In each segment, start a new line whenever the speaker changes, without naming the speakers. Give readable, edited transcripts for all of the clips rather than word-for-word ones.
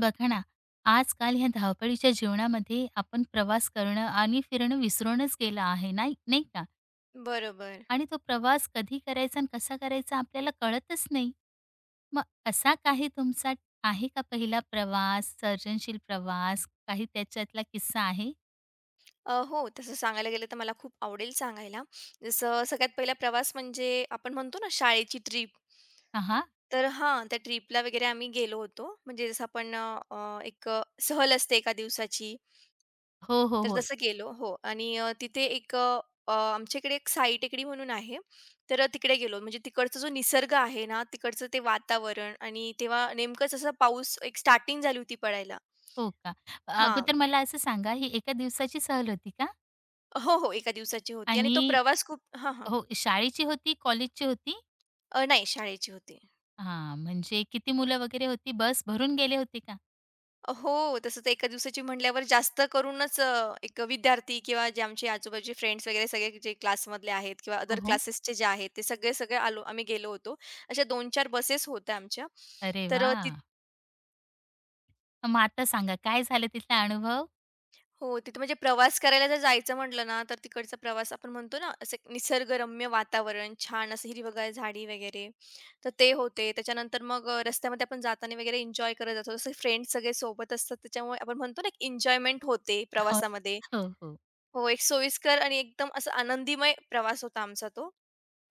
बघा ना, आजकाल ह्या धावपळीच्या जीवनामध्ये आपण प्रवास करणं आणि फिरणं विसरूनच गेलं आहे, नाही नाही का?
बरोबर.
आणि तो प्रवास कधी करायचा आणि कसा करायचा आपल्याला कळतच नाही. मग असा काही तुमचा आहे का पहिला प्रवास, सर्जनशील प्रवास, काही त्याच्यातला किस्सा आहे?
हो, तसं सांगायला गेलं तर मला खूप आवडेल सांगायला. जसं सगळ्यात पहिला प्रवास म्हणजे आपण म्हणतो ना शाळेची ट्रिप.
हां, हां.
तर हां, त्या ट्रिपला वगैरे आम्ही गेलो होतो. म्हणजे जसं आपण एक सहल असते एका दिवसाची,
हो, हो,
तर
हो.
तसं गेलो. हो आणि तिथे एक अ, अ, एक साई टेकडी म्हणून आहे. तर तिकडे गेलो. म्हणजे तिकडचा जो निसर्ग आहे ना, तिकडचं ते वातावरण आणि तेव्हा नेमकंच असा पाऊस एक स्टार्टिंग झाली होती पडायला.
हो का?
हां.
अगोदर मला असं सांगा, ही एका दिवसाची सहल होती का?
हो, हो. एका दिवसाची होती आणि
आणि
तो प्रवास खूप हां.
हो, शाळेची होती, कॉलेजची होती?
नाही शाळेची होती.
हां, म्हणजे किती मुलं वगैरे होती? बस भरून गेले होते का?
हो, तसं तर एका दिवसाची म्हटल्यावर जास्त करूनच एक विद्यार्थी किंवा जे आमचे आजूबाजूचे फ्रेंड्स वगैरे सगळे जे क्लासमधले आहेत किंवा
हो,
अदर
हो.
क्लासेसचे जे आहेत, ते सगळे-सगळे आलो आम्ही गेलो होतो. अशा 2-4 बसेस होत्या आमच्या.
अरे
तर
वा,
अ, ती
मग आता सांगा काय झालं तिथला अनुभव?
हो, तिथं म्हणजे प्रवास करायला जर जायचं म्हटलं ना, तर तिकडचा प्रवास आपण म्हणतो ना, असं एक निसर्गरम्य वातावरण, छान असं हिरवंगार झाडी वगैरे, तर ते होते. त्याच्यानंतर मग रस्त्यामध्ये आपण जाताना वगैरे एन्जॉय करत जातो. जसं फ्रेंड्स सगळे सोबत असतात, त्याच्यामुळे आपण म्हणतो ना, एन्जॉयमेंट होते
हो.
प्रवासामध्ये.
हो, हो.
हो, एक सोयीस्कर आणि एकदम असा आनंदीमय प्रवास होता आमचा तो.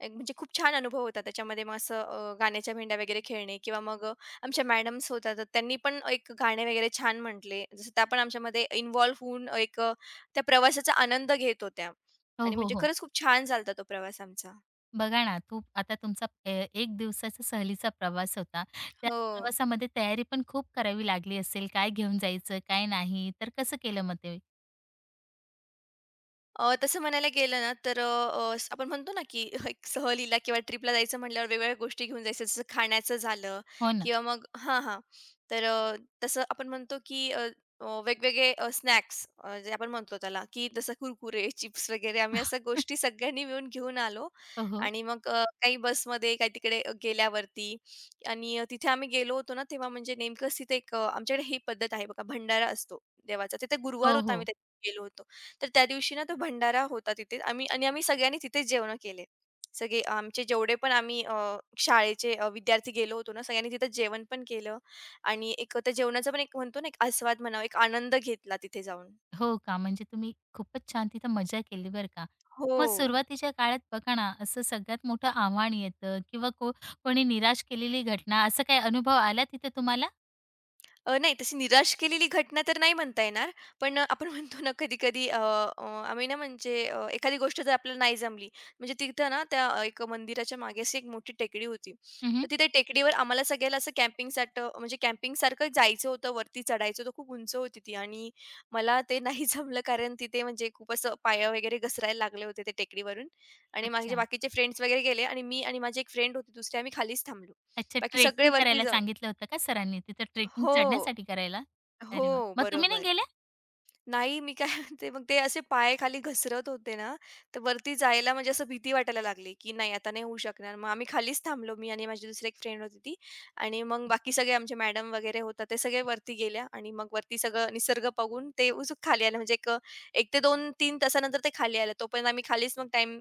एक म्हणजे खूप छान अनुभव होता त्याच्यामध्ये. मग असं गाण्याच्या भेंड्या वगैरे खेळणे किंवा आमच्या मॅडम्स होत्या, तर त्यांनी पण एक गाणे वगैरे छान म्हटले. जसं त्या पण आमच्यामध्ये इन्व्हॉल्व होऊन त्या प्रवासाचा आनंद घेत होत्या
हो,
आणि
हो,
म्हणजे
हो.
खरंच खूप छान झाला तो प्रवास आमचा.
बघा ना, तू आता तुमचा एक दिवसाचा सहलीचा प्रवास होता. त्या
हो.
प्रवासामध्ये तयारी पण खूप करावी लागली असेल. काय घेऊन जायचं, काय नाही, तर कसं केलं मग ते?
तसं म्हणायला गेलं ना तर आपण म्हणतो ना की एक सहलीला किंवा ट्रिपला जायचं म्हटल्यावर वेगवेगळ्या गोष्टी घेऊन जायचं जसं खाण्याचं झालं
हो ना.
किंवा मग हां हां तर अ, तसं आपण म्हणतो की अ, अ, वेगवेगळे स्नॅक्स जे आपण म्हणतो त्याला की जसं कुरकुरे चिप्स वगैरे आम्ही असं गोष्टी सगळ्यांनी मिळून घेऊन आलो
हो, हो.
आणि काही बसमध्ये काही तिकडे गेल्यावरती आणि तिथे आम्ही गेलो होतो ना तेव्हा म्हणजे नेमकंच तिथे आमच्याकडे ही पद्धत आहे बघा भंडारा असतो देवाचा तिथे गुरुवार
हो,
होता आम्ही
हो.
त्यात गेलो होतो. तर त्या दिवशी ना तो भंडारा होता तिथे आम्ही आणि आम्ही सगळ्यांनी तिथेच जेवणं केले. सगळे आमचे जेवढे पण आम्ही शाळेचे विद्यार्थी गेलो होतो ना, सगळ्यांनी तिथं जेवण पण केलं आणि एक त्या जेवणाचा पण एक म्हणतो ना, एक आस्वाद म्हणावा, एक आनंद घेतला तिथे जाऊन.
हो का? म्हणजे तुम्ही खूपच छान तिथं मजा केली बरं का.
हो.
मग सुरुवातीच्या काळात बघा ना, असं सगळ्यात मोठं आव्हान येतं किंवा कोणी निराश केलेली घटना, असा काही अनुभव आला तिथे तुम्हाला?
नाही तशी निराश केलेली घटना तर नाही म्हणता येणार. पण आपण म्हणतो ना कधी-कधी अ, अ, आम्ही ना म्हणजे एखादी गोष्ट जर आपल्याला नाही जमली, म्हणजे तिथं ना त्या एक मंदिराच्या मागे अशी एक मोठी टेकडी होती.
हं,
तर तिथे टेकडीवर आम्हाला सगळ्याला असं कॅम्पिंगसाठं म्हणजे कॅम्पिंगसारखं जायचं होतं, वरती चढायचं होतं. खूप उंच होती ती आणि मला ते नाही जमलं कारण तिथे म्हणजे खूप असं पाया वगैरे घसरायला लागले होते ते टेकडीवरून आणि माझे
अच्छा.
बाकीचे फ्रेंड्स वगैरे गेले आणि मी आणि माझी एक फ्रेंड होती दुसरी आम्ही खालीच थांबलो.
अच्छा,
बाकी सगळे
ट्रेकिंग
वरती
करायला
जाऊन
सांगितलं होतं का सरांनी? तिथं ट्रेकिंग
हो.
चढण्यासाठी करायला?
हो,
अरे वाह! मग तुम्ही नाही
बरोबर.
गेल्या?
नाही मी काय म्हणते मग ते असे पाय खाली घसरत होते ना, तर वरती जायला म्हणजे असं भीती वाटायला लागली, की नाही आता नाही होऊ शकणार. मग आम्ही खालीच थांबलो. मी आणि माझी दुसरी एक फ्रेंड होती ती आणि मग बाकी सगळे आमचे मॅडम वगैरे होता ते सगळे वरती गेल्या आणि मग वरती सगळं निसर्ग बघून ते उचूक खाली आलं. म्हणजे ते 2-3 तासानंतर ते खाली आलं. तोपर्यंत आम्ही खालीच मग टाईम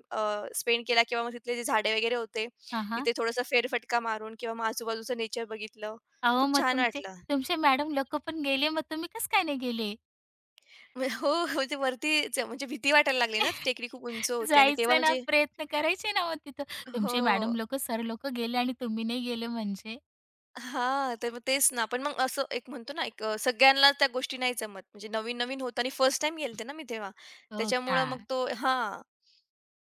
स्पेंड केला किंवा मग तिथले जे झाडे वगैरे होते,
हां, हां.
तिथे थोडंसं फेरफटका मारून किंवा मग आजूबाजूचं नेचर बघितलं.
अहो,
खूप
मग
छान
तुमचे
वाटलं.
तुमचे मॅडम लोकं पण गेले, मग तुम्ही कसं काय नाही गेले?
हो, हो, म्हणजे वरतीच म्हणजे भीती वाटायला लागली ना, ती टेकडी खूप उंच होती आणि तेव्हा
जायचं ना,
म्हणजे
प्रयत्न करायचे ना मग तिथं.
हो.
तुमचे मॅडम लोकं, सर लोकं गेले आणि तुम्ही नाही गेले म्हणजे?
हां, तर मग तेच ना. पण मग असं एक म्हणतो ना, सगळ्यांना त्या गोष्टी नाही जमत. म्हणजे नवीन-नवीन होतं आणि फर्स्ट टाईम गेलते ना मी तेव्हा.
हो का?
त्याच्यामुळं मग तो हां,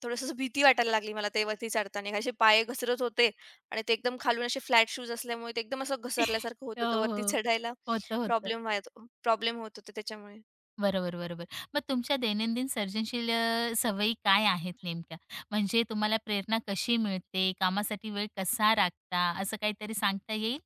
थोडंसं भीती वाटायला लागली मला ते वरती चढताना. असे पाय घसरत होते आणि ते एकदम खालून असे फ्लॅट शूज असल्यामुळे ते एकदम असं घसरल्यासारखं होत
हो,
होतं. वरती
हो.
चढायला
होतं, होतं.
प्रॉब्लेम प्रॉब्लेम होत होता त्याच्यामुळे.
बरोबर, बरोबर. मग तुमच्या दैनंदिन सर्जनशील सवयी काय आहेत नेमक्या? म्हणजे तुम्हाला प्रेरणा कशी मिळते? कामासाठी वेळ कसा राखता? असं काहीतरी सांगता येईल?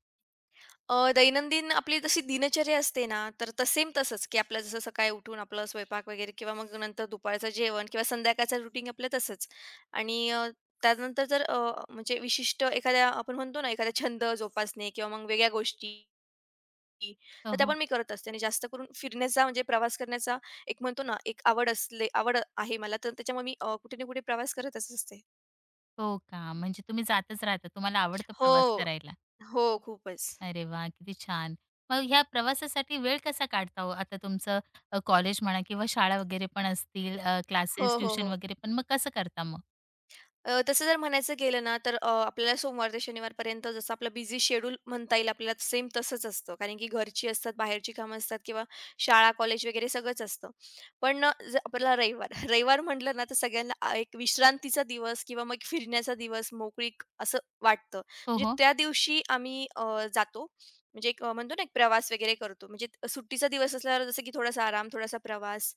दैनंदिन आपली जशी दिनचर्या असते ना, तर सेम तसंच, की आपलं जसं सकाळी उठून आपलं स्वयंपाक वगैरे किंवा मग नंतर दुपारचं जेवण किंवा संध्याकाळचं रुटीन आपलं तसंच. आणि त्यानंतर जर म्हणजे विशिष्ट एखाद्या आपण म्हणतो ना, एखादा छंद जोपासणे किंवा मग वेगळ्या गोष्टी,
हो,
तर त्या
हो.
पण मी करत असते. आणि जास्त करून फिरण्याचा म्हणजे प्रवास करण्याचा एक म्हणतो ना, एक आवड आहे मला, तर त्याच्यामुळे मी कुठे ना कुठे प्रवास करतच असते.
हो का? म्हणजे तुम्ही जातच राहता. तुम्हाला आवडतं
हो.
प्रवास करायला.
हो, खूपच.
अरे वाह! किती छान. मग ह्या प्रवासासाठी वेळ कसा काढता हो? आता तुमचं कॉलेज म्हणा किंवा शाळा वगैरे पण असतील,
हो,
क्लासेस,
हो,
ट्युशन
हो.
वगैरे पण मग कसं करता मग?
तसं जर म्हणायचं गेलं ना, तर आपल्याला सोमवार ते शनिवारपर्यंत जसं आपलं बिझी शेड्यूल म्हणता येईल आपल्याला सेम तसंच असतं. कारण की घरची असतात, बाहेरची कामं असतात किंवा शाळा, कॉलेज वगैरे सगळंच असतं. पण जर आपल्याला रविवार म्हटलं ना, तर सगळ्यांना एक विश्रांतीचा दिवस किंवा मग फिरण्याचा दिवस, मोकळीक असं वाटतं.
हो,
म्हणजे
हो.
त्या दिवशी आम्ही जातो. म्हणजे म्हणतो ना, एक प्रवास वगैरे करतो. म्हणजे सुट्टीचा दिवस असल्यावर जसं की थोडासा आराम, थोडासा प्रवास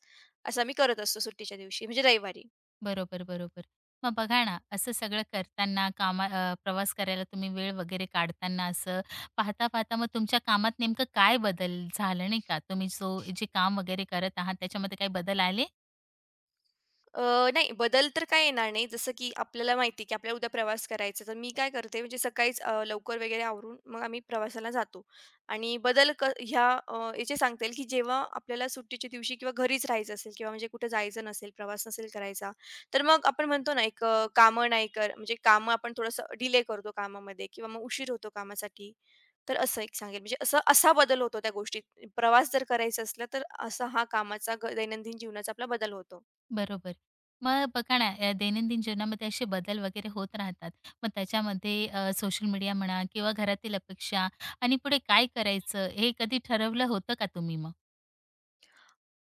असं आम्ही करत असतो सुट्टीच्या दिवशी म्हणजे रविवारी.
बरोबर, बरोबर. मग बघा ना, असं सगळं करताना प्रवास करायला तुम्ही वेळ वगैरे काढताना असं पाहता-पाहता मग तुमच्या कामात नेमकं काय बदल झालं नाही का? तुम्ही जो जे काम वगैरे करत आहात त्याच्यामध्ये काही बदल आले?
अ, नाही बदल तर काय येणार नाही. जसं की आपल्याला माहिती की आपल्याला उद्या प्रवास करायचा तर मी काय करते म्हणजे सकाळीच लवकर वगैरे आवरून मग आम्ही प्रवासाला जातो आणि बदल ह्या याचे सांगता येईल, की जेव्हा आपल्याला सुट्टीच्या दिवशी किंवा घरीच राहायचं असेल किंवा म्हणजे कुठे जायचं नसेल, प्रवास नसेल करायचा, तर मग आपण म्हणतो ना, एक अ, कामं नाही कर म्हणजे कामं आपण थोडंसं डिले करतो कामामध्ये किंवा मग उशीर होतो कामासाठी. तर असं एक सांगेल म्हणजे असं असा बदल होतो त्या गोष्टीत. प्रवास जर करायचा असला, तर असा हा कामाचा ग दैनंदिन जीवनाचा आपला बदल होतो.
बरोबर. मग बघा ना, दैनंदिन जीवनामध्ये असे बदल वगैरे होत राहतात. मग त्याच्यामध्ये सोशल मीडिया म्हणा किंवा घरातील अपेक्षा आणि पुढे काय करायचं हे कधी ठरवलं होतं का तुम्ही मग?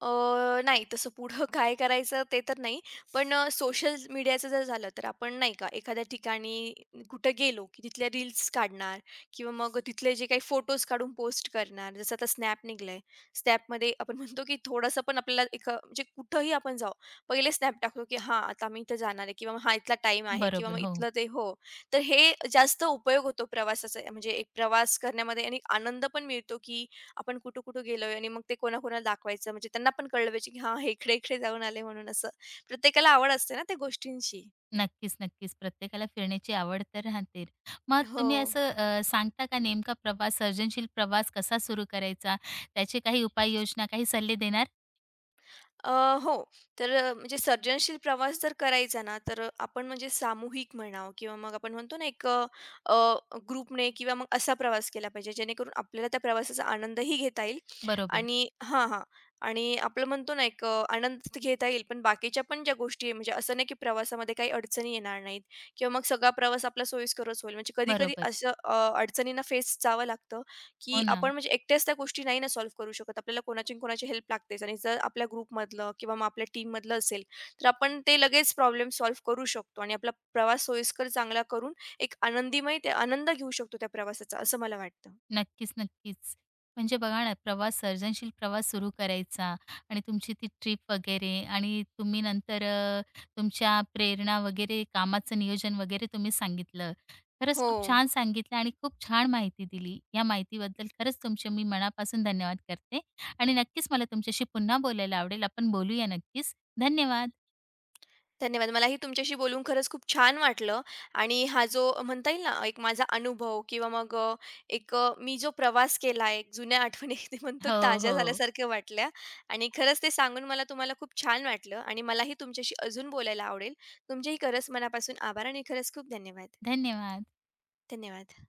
नाही तसं पुढं काय करायचं ते तर नाही. पण सोशल मीडियाचं जर झालं तर आपण नाही का एखाद्या ठिकाणी कुठं गेलो की तिथल्या रील्स काढणार किंवा मग तिथले जे काही फोटोज काढून पोस्ट करणार. जसं आता Snap निघालंय. Snapमध्ये आपण म्हणतो की थोडंसं पण आपल्याला एक म्हणजे कुठंही आपण जाऊ, पहिले Snap टाकतो की हां, आता आम्ही इथं जाणार आहे किंवा मग हा इथला टाईम आहे किंवा
बरोबर,
मग
हो.
इथलं ते हो. तर हे जास्त उपयोग होतो प्रवासाचा म्हणजे एक प्रवास करण्यामध्ये आणि आनंद पण मिळतो की आपण कुठं-कुठं गेलोय आणि मग ते कोणाकोणाला दाखवायचं म्हणजे त्यांना पण कळलं पाहिजे, की हां, हे इकडे-इकडे जाऊन आले म्हणून असं. प्रत्येकाला आवड असते ना त्या गोष्टींची.
नक्कीच, नक्कीच. प्रत्येकाला फिरण्याची आवड तर राहते. मग
हो.
तुम्ही असं सांगता का नेमका प्रवास सर्जनशील प्रवास कसा सुरू करायचा? त्याचे काही उपाययोजना, काही सल्ले देणार?
अ, हो. तर म्हणजे सर्जनशील प्रवास जर करायचा ना, तर आपण म्हणजे सामूहिक म्हणावं किंवा मग आपण म्हणतो ना, अ, ग्रुपने किंवा मग असा प्रवास केला पाहिजे, जेणेकरून आपल्याला त्या प्रवासाचा आनंदही घेता येईल
बरोबर,
आणि हां. आणि आपलं म्हणतो ना, आनंद तर घेता येईल, पण बाकीच्या पण ज्या गोष्टी आहे, म्हणजे असं नाही की प्रवासामध्ये काही अडचणी येणार नाहीत किंवा मग सगळा प्रवास आपला सोयीस्करच होईल. म्हणजे कधी-कधी
बरोबर.
असं अ, अडचणींना फेस जावं लागतं. की
हो ना.
आपण म्हणजे एकट्याच त्या गोष्टी नाही ना सॉल्व्ह करू शकत. आपल्याला कोणाची ना कोणाची हेल्प लागतेच आणि जर आपल्या ग्रुपमधलं किंवा मग आपल्या टीममधलं असेल, तर आपण ते लगेच प्रॉब्लेम सॉल्व्ह करू शकतो आणि आपला प्रवास सोयीस्कर चांगला करून एक आनंदीमय ते आनंद घेऊ शकतो त्या प्रवासाचा, असं मला वाटतं.
नक्कीच, नक्कीच. म्हणजे बघा ना, प्रवास सर्जनशील प्रवास सुरू करायचा आणि तुमची ती ट्रिप वगैरे आणि तुमच्या प्रेरणा वगैरे, कामाचं नियोजन वगैरे तुम्ही सांगितलं. खरंच
हो.
खूप छान सांगितलं आणि खूप छान माहिती दिली. या माहितीबद्दल खरंच तुमचे मी मनापासून धन्यवाद करते आणि नक्कीच मला तुमच्याशी पुन्हा बोलायला आवडेल. आपण बोलूया नक्कीच. धन्यवाद.
धन्यवाद. मलाही तुमच्याशी बोलून खरंच खूप छान वाटलं आणि हा जो म्हणता येईल ना, एक माझा अनुभव किंवा मग अ, एक अ, मी जो प्रवास केला एक जुन्या आठवणी ते म्हणतो
हो,
की ताज्या
हो.
झाल्यासारख्या वाटल्या आणि खरंच ते सांगून मला तुम्हाला खूप छान वाटलं आणि मलाही तुमच्याशी अजून बोलायला आवडेल. तुमचेही खरंच मनापासून आभार आणि खरंच खूप धन्यवाद.
धन्यवाद.
धन्यवाद.